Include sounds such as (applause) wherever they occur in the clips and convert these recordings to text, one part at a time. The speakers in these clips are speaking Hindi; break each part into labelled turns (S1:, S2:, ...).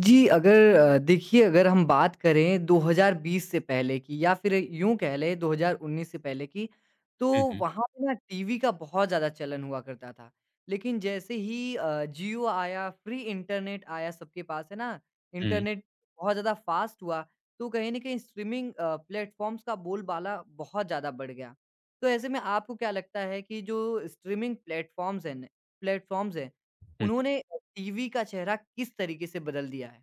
S1: जी, अगर देखिए अगर हम बात करें 2020 से पहले की या फिर यूँ कह लें 2019 से पहले की, तो
S2: हुँ, हुँ।
S1: वहाँ पे ना टीवी का बहुत ज़्यादा चलन हुआ करता था। लेकिन जैसे ही जियो आया, फ्री इंटरनेट आया सबके पास, है ना?
S2: हुँ,
S1: इंटरनेट बहुत ज़्यादा फ़ास्ट हुआ, तो कहीं न कहीं स्ट्रीमिंग प्लेटफ़ॉर्म्स का बोलबाला बहुत ज़्यादा बढ़ गया। तो ऐसे में आपको क्या लगता है कि जो स्ट्रीमिंग प्लेटफ़ॉर्म्स हैं न प्लेटफ़ॉर्म्स हैं,
S2: हुँ।
S1: उन्होंने टीवी का चेहरा किस तरीके से बदल दिया है?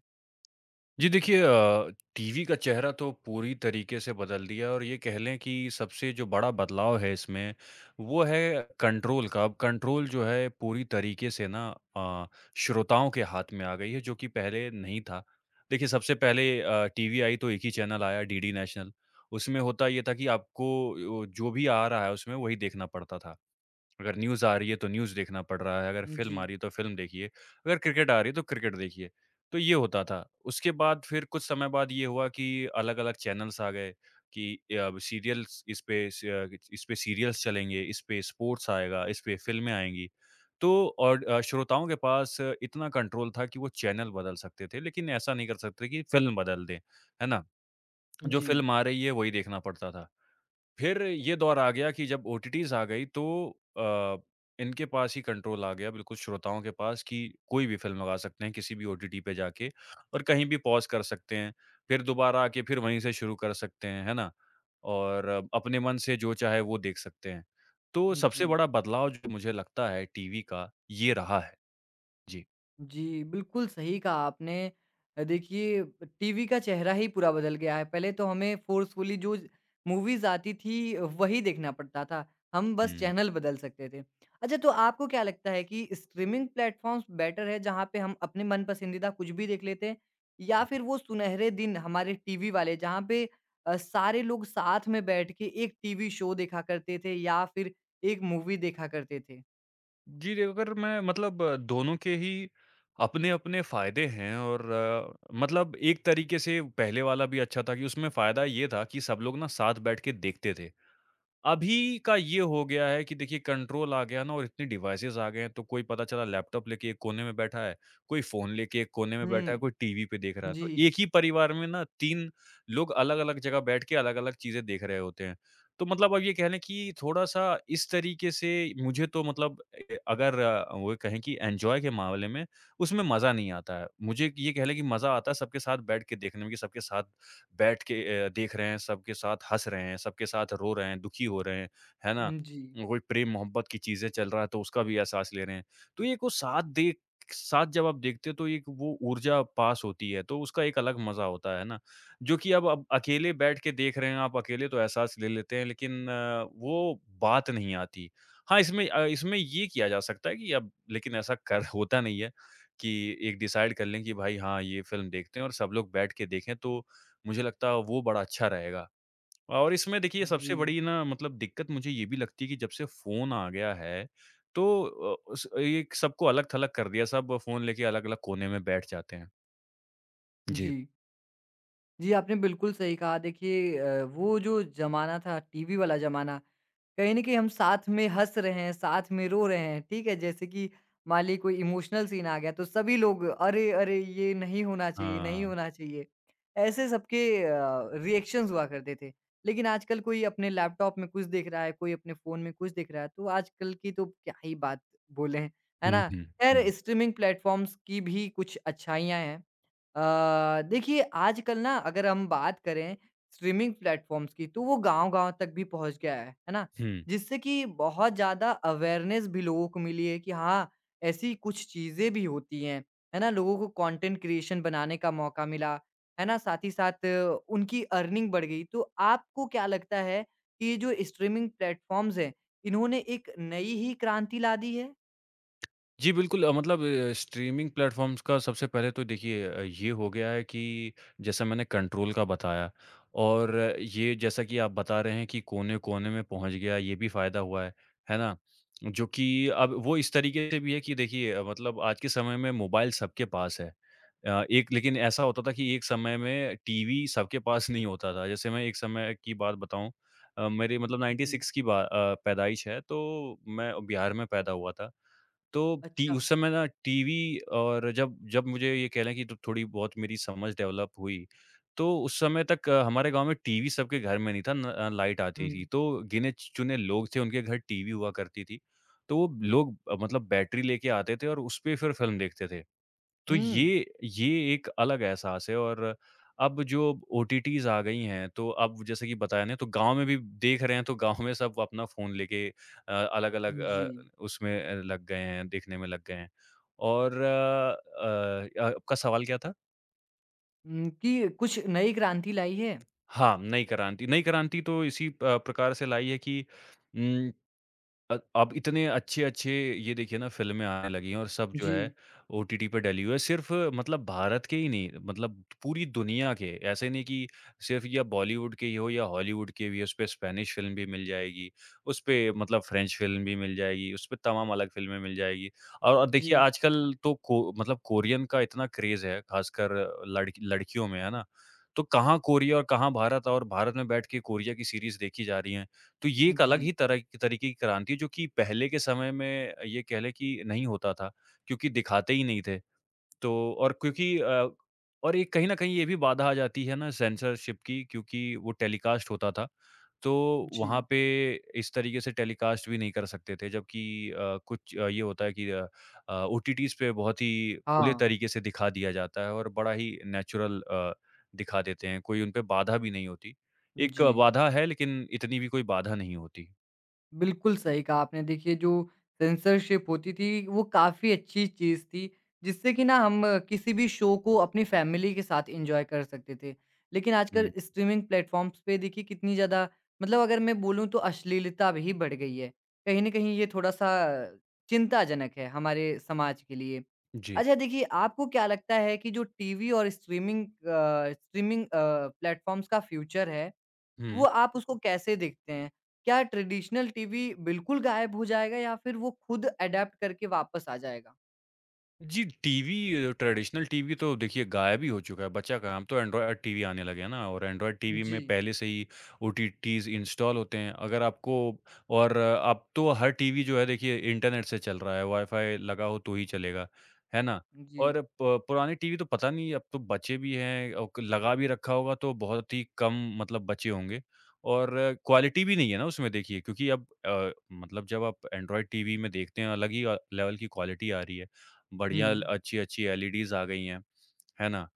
S2: जी देखिए टीवी का चेहरा तो पूरी तरीके से बदल दिया और ये कह लें कि सबसे जो बड़ा बदलाव है इसमें, वो है कंट्रोल का। अब कंट्रोल जो है पूरी तरीके से ना अ, श्रोताओं के हाथ में आ गई है जो कि पहले नहीं था। देखिए सबसे पहले टीवी आई तो एक ही चैनल आया डीडी नेशनल। उसमें होता ये था कि आपको जो भी आ रहा है उसमें वही देखना पड़ता था। अगर न्यूज़ आ रही है तो न्यूज़ देखना पड़ रहा है, अगर
S1: जी,
S2: फ़िल्म आ रही है तो फ़िल्म देखिए, अगर क्रिकेट आ रही है तो क्रिकेट देखिए। तो ये होता था। उसके बाद फिर कुछ समय बाद ये हुआ कि अलग-अलग चैनल्स आ गए कि अब सीरियल्स इस पे सीरियल्स चलेंगे, इस पे स्पोर्ट्स आएगा, इस पे फ़िल्में आएँगी। तो और श्रोताओं के पास इतना कंट्रोल था कि वो चैनल बदल सकते थे, लेकिन ऐसा नहीं कर सकते कि फ़िल्म बदल दें, है ना? जो
S1: जी,
S2: फ़िल्म आ रही है वही देखना पड़ता था। फिर ये दौर आ गया कि जब ओटीटीज़ आ गई तो अ, इनके पास ही कंट्रोल आ गया बिल्कुल श्रोताओं के पास कि कोई भी फ़िल्म लगा सकते हैं किसी भी ओटीटी पे जाके और कहीं भी पॉज़ कर सकते हैं। फिर दोबारा आके फिर वहीं से शुरू कर सकते हैं, है ना? और अपने मन से जो चाहे वो देख सकते हैं। तो सबसे
S1: जी,
S2: बड़ा बदलाव जो मुझे लगता है टीवी का, ये रहा है। जी।
S1: जी, बिल्कुल सही कहा आपने। देखिए टीवी का चेहरा ही पूरा बदल गया है। पहले तो हमें फ़ोर्सफुली जो मूवीज़ आती थी वही देखना पड़ता था, हम बस
S2: हुँ।
S1: चैनल बदल सकते थे। अच्छा तो आपको क्या लगता है कि स्ट्रीमिंग प्लेटफ़ॉर्म्स बेटर है जहाँ पे हम अपने मन पसंदीदा कुछ भी देख लेते हैं? या फिर वो सुनहरे दिन हमारे टीवी वाले जहाँ पे सारे लोग साथ में बैठ के एक टीवी शो देखा करते थे या फिर एक मूवी देखा करते थे?
S2: जी, देखो अगर मैं मतलब दोनों के ही अपने-अपने फ़ायदे हैं और मतलब एक तरीके से पहले वाला भी अच्छा था कि उसमें फ़ायदा ये था कि सब लोग ना साथ बैठ के देखते थे। अभी का ये हो गया है कि देखिए कंट्रोल आ गया ना और इतने डिवाइसेस आ गए हैं तो कोई पता चला लैपटॉप लेके एक कोने में बैठा है, कोई फ़ोन लेके एक कोने में बैठा है,
S1: हुँ।
S2: कोई टीवी पे देख रहा है।
S1: जी।
S2: तो एक ही परिवार में ना 3 लोग अलग-अलग जगह बैठ के अलग-अलग चीज़ें देख रहे होते हैं। तो मतलब आप ये कह लें कि थोड़ा-सा इस तरीके से मुझे तो मतलब ए अगर वो कहें कि एन्जॉय के मामले में उसमें मज़ा नहीं आता है। मुझे ये कह लें कि मज़ा आता है सबके साथ बैठ के देखने में कि सबके साथ बैठ के देख रहे हैं, सबके साथ हँस रहे हैं, सबके साथ रो रहे हैं, दुखी हो रहे हैं, है ना?
S1: जी।
S2: कोई प्रेम-मोहब्बत की चीज़ें चल रहा है तो उसका भी एहसास ले रहे हैं। तो ये कुछ साथ जब आप देखते हो तो एक वो ऊर्जा पास होती है, तो उसका एक अलग मज़ा होता है ना? जो कि अब अकेले बैठ के देख रहे हैं आप, अकेले तो एहसास ले लेते हैं लेकिन वो बात नहीं आती। हाँ, इसमें अ, इसमें ये किया जा सकता है कि अब लेकिन ऐसा कर होता नहीं है कि एक डिसाइड कर लें कि भाई हाँ, ये फ़िल्म देखते हैं और सब लोग बैठ के देखें तो मुझे लगता है वो बड़ा अच्छा रहेगा। और इसमें देखिए
S1: जी।
S2: सबसे बड़ी ना मतलब दिक्कत मुझे ये भी लगती है कि जब से फ़ोन आ गया है, तो उस एक सबको अलग-थलग कर दिया, सब फ़ोन लेके अलग-अलग कोने में बैठ जाते हैं। जी।
S1: जी। जी, आपने बिल्कुल सही कहा देखिए वो जो ज़माना था टीवी वाला ज़माना, कहीं न कहीं हम साथ में हँस रहे हैं, साथ में रो रहे हैं, ठीक है? जैसे कि मान लीजिए कोई इमोशनल सीन आ गया तो सभी लोग अरे! अरे! ये नहीं होना चाहिए, नहीं
S2: हाँ।
S1: होना चाहिए। ऐसे सबके रिएक्शंस हुआ करते थे। लेकिन आजकल कोई अपने लैपटॉप में कुछ देख रहा है, कोई अपने फ़ोन में कुछ देख रहा है, तो आजकल की तो क्या ही बात बोलें, है
S2: हुँ,
S1: ना?
S2: हुँ,
S1: खैर
S2: हुँ,
S1: स्ट्रीमिंग प्लेटफ़ॉर्म्स की भी कुछ अच्छाइयाँ हैं। देखिए आजकल ना अगर हम बात करें स्ट्रीमिंग प्लेटफॉर्म्स की, तो वो गाँव-गाँव तक भी पहुँच गया है ना?
S2: हुँ।
S1: जिससे कि बहुत ज़्यादा अवेयरनेस भी लोगों को मिली है कि हाँ, ऐसी कुछ चीज़ें भी होती हैं, है ना? लोगों को कंटेंट क्रिएशन बनाने का मौका मिला, है ना? साथ ही साथ उनकी अर्निंग बढ़ गई। तो आपको क्या लगता है कि ये जो स्ट्रीमिंग प्लेटफॉर्म्स हैं, इन्होंने एक नई ही क्रांति ला दी है?
S2: जी, बिल्कुल मतलब स्ट्रीमिंग प्लेटफ़ॉर्म्स का सबसे पहले तो देखिए ये हो गया है कि जैसा मैंने कंट्रोल का बताया और ये जैसा कि आप बता रहे हैं कि कोने-कोने में पहुँच गया, ये भी फ़ायदा हुआ है ना? जो कि अब वो इस तरीके से भी है कि देखिए मतलब आज के समय में मोबाइल सबके पास है। एक लेकिन ऐसा होता था कि एक समय में टीवी सबके पास नहीं होता था। जैसे मैं एक समय की बात बताऊँ मेरी मतलब
S1: जी।
S2: 96 की पैदाइश है, तो मैं बिहार में पैदा हुआ था। तो टी
S1: अच्छा।
S2: उस समय ना टीवी और जब जब मुझे ये कह लें कि तो थोड़ी बहुत मेरी समझ डेवलप हुई, तो उस समय तक हमारे गाँव में टीवी सबके घर में नहीं था न लाइट
S1: हुँ।
S2: आती थी। तो गिने-चुने लोग थे, उनके घर टीवी हुआ करती थी। तो वो लोग मतलब बैटरी लेके आते थे और उसपे फिर फ़िल्म देखते थे। तो
S1: हुँ।
S2: ये एक अलग एहसास है और अब जो ओटीटीज़ आ गई हैं, तो अब जैसे कि बताया ना, तो गाँव में भी देख रहे हैं, तो गाँव में सब अपना फ़ोन लेके अलग-अलग
S1: जी।
S2: उसमें लग गए हैं, देखने में लग गए हैं। और आपका सवाल क्या था?
S1: कि कुछ नई क्रांति लाई है?
S2: हाँ, नई क्रांति तो इसी प्रकार से लाई है कि उम अब इतने अच्छे-अच्छे ये देखिए ना फ़िल्में आने लगी हैं और सब जो है
S1: जी,
S2: ओटीटी पे डली हुई है। सिर्फ़ मतलब भारत के ही नहीं मतलब पूरी दुनिया के, ऐसे नहीं कि सिर्फ़ या बॉलीवुड के ही हो या हॉलीवुड के भी, उसपे स्पेनिश फ़िल्म भी मिल जाएगी, उसपे मतलब फ्रेंच फ़िल्म भी मिल जाएगी, उसपे तमाम अलग फ़िल्में मिल जाएगी। और देखिए
S1: जी,
S2: आजकल तो को मतलब कोरियन का इतना क्रेज़ है, ख़ासकर लड़की लड़कियों में, है ना? तो कहाँ कोरिया और कहाँ भारत और भारत में बैठ के कोरिया की सीरीज़ देखी जा रही हैं। तो ये एक अलग
S1: जी,
S2: ही तरह की तरीके की क्रांति है जो कि पहले के समय में ये कह लें कि नहीं होता था, क्योंकि दिखाते ही नहीं थे। तो और क्योंकि और एक कहीं न कहीं ये भी बाधा आ जाती है ना सेंसरशिप की क्योंकि वो टेलीकास्ट होता था। तो
S1: जी।
S2: वहाँ पे इस तरीके से टेलीकास्ट भी नहीं कर सकते थे जबकि कुछ ये होता है कि ओटीटीज़ पे बहुत ही खुले
S1: हाँ,
S2: तरीके से दिखा दिया जाता है और बड़ा ही नेचुरल दिखा देते हैं, कोई उन पे बाधा भी नहीं होती। एक
S1: जी।
S2: बाधा है लेकिन इतनी भी कोई बाधा नहीं होती।
S1: बिल्कुल सही कहा आपने। देखिए जो सेंसरशिप होती थी, वो काफ़ी अच्छी चीज़ थी, जिससे कि ना हम किसी भी शो को अपनी फैमिली के साथ एन्जॉय कर सकते थे। लेकिन आजकल
S2: हुँ।
S1: स्ट्रीमिंग प्लेटफ़ॉर्म्स पे देखिए कितनी ज़्यादा मतलब अगर मैं बोलूँ तो अश्लीलता भी बढ़ गई है। कहीं न कहीं ये थोड़ा-सा चिंताजनक है हमारे समाज के लिए।
S2: जी।
S1: अच्छा देखिए, आपको क्या लगता है कि जो टीवी और स्ट्रीमिंग प्लेटफ़ॉर्म्स का फ्यूचर है, वो
S2: हुँ।
S1: आप उसको कैसे देखते हैं? क्या ट्रेडिशनल टीवी बिल्कुल गायब हो जाएगा या फिर वो खुद अडैप्ट करके वापस आ जाएगा?
S2: जी, टीवी ट्रेडिशनल टीवी तो देखिए गायब ही हो चुका है, बचा कहाँ? अब तो एंड्रॉयड टीवी आने लगे हैं ना और एंड्रॉयड टीवी में
S1: जी,
S2: पहले से ही ओटीटीज़ इंस्टॉल होते हैं। अगर आपको और अब तो हर टीवी जो है देखिए इंटरनेट से चल रहा है, वाईफ़ाई लगा हो तो ही चलेगा, है ना?
S1: जी।
S2: और प पुराने टीवी तो पता नहीं अब तो बचे भी हैं औ क लगा भी रखा होगा तो बहुत ही कम मतलब बचे होंगे और क्वालिटी भी नहीं है ना उसमें देखिए क्योंकि अब मतलब जब आप एंड्रॉयड टीवी में देखते हैं अलग ही लेवल की क्वालिटी आ रही है।
S1: हुँ,
S2: बढ़िया ल अच्छी-अच्छी एलईडीज़ आ गई हैं, है ना?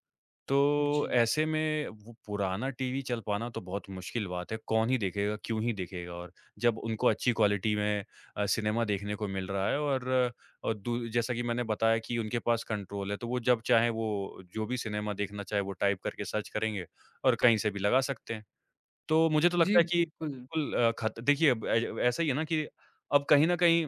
S1: जी।
S2: तो ऐसे में वो पुराना टीवी चल पाना तो बहुत मुश्किल बात है, कौन ही देखेगा, क्यों ही देखेगा और जब उनको अच्छी क्वालिटी में सिनेमा देखने को मिल रहा है और और दू जैसा कि मैंने बताया कि उनके पास कंट्रोल है, तो वो जब चाहें वो जो भी सिनेमा देखना चाहे वो टाइप करके सर्च करेंगे और कहीं से भी लगा सकते हैं। तो मुझे तो
S1: जी,
S2: लगता है कि
S1: बिल्कुल।
S2: बिल्कुल खत देखिए अब ए ऐसा ही है ना कि अब कहीं न कहीं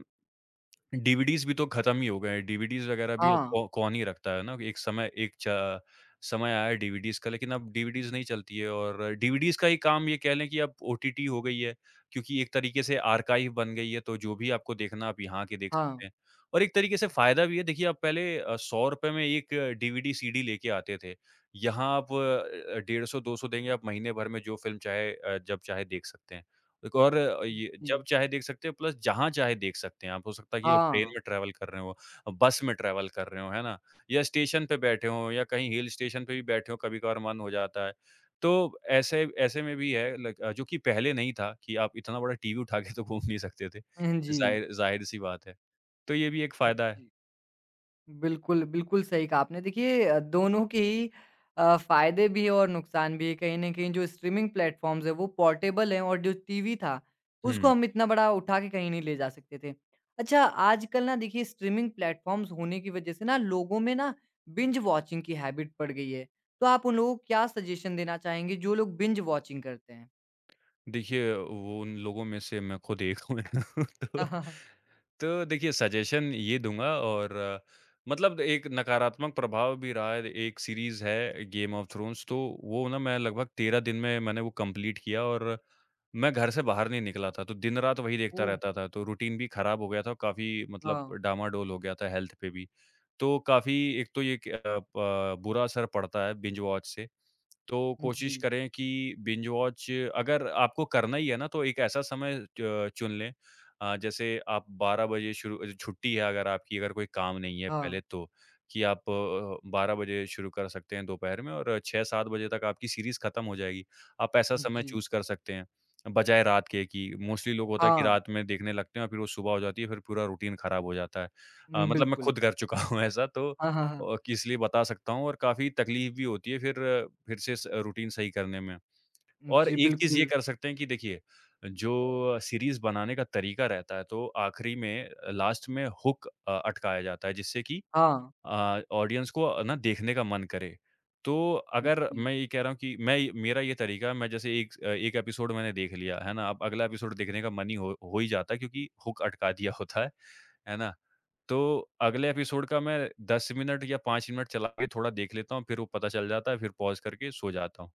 S2: डीवीडीज़ भी तो ख़त्म ही हो गए हैं, डीवीडीज़ वग़ैरह भी अब
S1: हाँ,
S2: कौ कौन ही रखता है ना? एक समय एक च समय आया डीवीडीज़ का लेकिन अब डीवीडीज़ नहीं चलती है और डीवीडीज़ का ही काम ये कह लें कि अब ओटीटी हो गई है, क्योंकि एक तरीके से आर्काइव बन गई है, तो जो भी आपको देखना आप यहाँ आके देख
S1: हाँ।
S2: सकते हैं। और एक तरीके से फ़ायदा भी है, देखिए आप पहले ₹100 में एक डीवीडी, सीडी लेके आते थे, यहाँ आप 150 200 देंगे, आप महीने भर में जो फ़िल्म चाहे जब चाहे देख सकते हैं। एक और ये जब
S1: जी,
S2: चाहे देख सकते हैं प्लस जहाँ चाहे देख सकते हैं आप। हो सकता है कि आप ट्रेन
S1: हाँ।
S2: में ट्रैवल कर रहे हो, बस में ट्रैवल कर रहे हो, है ना? या स्टेशन पे बैठे हो या कहीं हिल स्टेशन पे भी बैठे हो, कभी-कभार मन हो जाता है। तो ऐसे ऐसे में भी है लाइक जो कि पहले नहीं था कि आप इतना बड़ा टीवी उठा के तो घूम नहीं सकते थे।
S1: हाँ जी।
S2: ज़ाहिर-सी बात है। तो ये भी एक फ़ायदा है।
S1: जी। बिल्कुल, बिल्कुल सही कहा आपने। देखिए दोनों के ही फ़ायदे भी हैं और नुकसान भी हैं। कहीं न कहीं जो स्ट्रीमिंग प्लेटफ़ॉर्म्स हैं वो पोर्टेबल हैं और जो टीवी था, उसको
S2: हुँ।
S1: हम इतना बड़ा उठा के कहीं नहीं ले जा सकते थे। अच्छा आजकल ना देखिए स्ट्रीमिंग प्लेटफ़ॉर्म्स होने की वज़ह से ना लोगों में ना बिंज वॉचिंग की हैबिट पड़ गई है। तो आप उन लोगों को क्या सजेशन देना चाहेंगे जो लोग बिंज वॉचिंग करते हैं?
S2: देखिए, वो उन लोगों में से मैं खुद एक हूँ। (laughs) तो
S1: (laughs)
S2: तो देखिए सजेशन ये दूँगा और मतलब एक नकारात्मक प्रभाव भी रहा है। एक सीरीज़ है गेम ऑफ थ्रोन्स तो वो ना मैं लगभग 13 दिन में मैंने वो कंप्लीट किया और मैं घर से बाहर नहीं निकला था। तो दिन-रात वही देखता
S1: ओह!
S2: रहता था। तो रूटीन भी खराब हो गया था और काफ़ी मतलब
S1: हाँ।
S2: डामाडोल हो गया था हेल्थ पे भी। तो काफ़ी एक तो ये क अ, प बुरा असर पड़ता है बिंज वॉच से। तो
S1: जी।
S2: कोशिश करें कि बिंज वॉच अगर आपको करना ही है ना तो एक ऐसा समय च चुन लें जैसे आप 12 बजे छुट्टी है अगर आपकी अगर कोई काम नहीं है
S1: हाँ।
S2: पहले तो, कि आप 12 बजे शुरू कर सकते हैं दोपहर में और 6-7 बजे तक आपकी सीरीज़ खत्म हो जाएगी। आप ऐसा समय
S1: जी।
S2: चूज़ कर सकते हैं, बजाए रात के कि मोस्टली लोग होता है कि
S1: हाँ।
S2: रात में देखने लगते हैं और फिर वो सुबह हो जाती है, फिर पूरा रूटीन खराब हो जाता है।
S1: हुँ,
S2: मतलब मैं
S1: बिल्कुल।
S2: खुद कर चुका (laughs) हूँ ऐसा तो
S1: (laughs) हाँ, हाँ, हाँ।
S2: कि इसलिए बता सकता हूँ और काफ़ी तकलीफ़ भी होती है फिर फिर से स रूटीन सही करने में। और
S1: जी,
S2: एक चीज़ ये
S1: बिल्कुल।
S2: कर सकते हैं कि देखिए, जो सीरीज़ बनाने का तरीका रहता है तो आखिरी में लास्ट में हुक अटकाया जाता है जिससे कि
S1: हाँ,
S2: ऑडियंस को ना देखने का मन करे। तो अगर
S1: जी।
S2: मैं ये कह रहा हूँ कि मैं मेरा ये तरीका है मैं जैसे एक 1 एपिसोड मैंने देख लिया, है ना? अब अगला एपिसोड देखने का मन ही हो ही जाता है क्योंकि हुक अटका दिया होता है ना? तो अगले एपिसोड का मैं 10 मिनट या 5 मिनट चला के थोड़ा देख लेता हूँ, फिर वो पता चल जाता है, फिर पॉज़ करके सो जाता हूँ।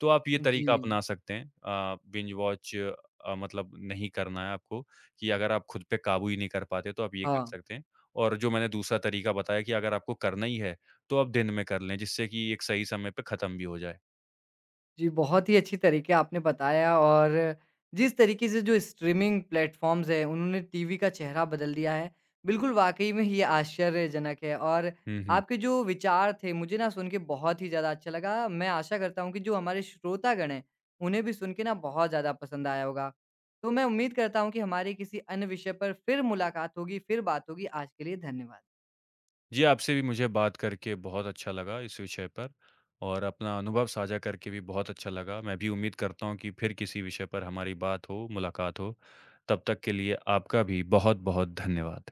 S2: तो आप ये
S1: जी,
S2: तरीका अपना सकते हैं बिंज वॉच मतलब नहीं करना है आपको कि अगर आप खुद पे काबू ही नहीं कर पाते, तो आप ये कर
S1: हाँ।
S2: सकते हैं। और जो मैंने दूसरा तरीका बताया कि अगर आपको करना ही है, तो आप दिन में कर लें, जिससे कि एक सही समय पे खत्म भी हो जाए।
S1: जी, बहुत ही अच्छी तरीके आपने बताया और जिस तरीके से जो स्ट्रीमिंग प्लेटफ़ॉर्म्स हैं, उन्होंने टीवी का चेहरा बदल दिया है, बिल्कुल वाक़ई में ये आश्चर्यजनक है और
S2: हुँ, हुँ।
S1: आपके जो विचार थे, मुझे ना सुन के बहुत ही ज़्यादा अच्छा लगा। मैं आशा करता हूँ कि जो हमारे श्रोतागण हैं, उन्हें भी सुन के ना बहुत ज़्यादा पसंद आया होगा। तो मैं उम्मीद करता हूँ कि हमारी किसी अन्य विषय पर फिर मुलाकात होगी, फिर बात होगी। आज के लिए धन्यवाद।
S2: जी, आपसे भी मुझे बात करके बहुत अच्छा लगा इस विषय पर और अपना अनुभव साझा करके भी बहुत अच्छा लगा। मैं भी उम्मीद करता हूँ कि फिर किसी विषय पर हमारी बात हो, मुलाकात हो। तब तक के लिए आपका भी बहुत-बहुत धन्यवाद।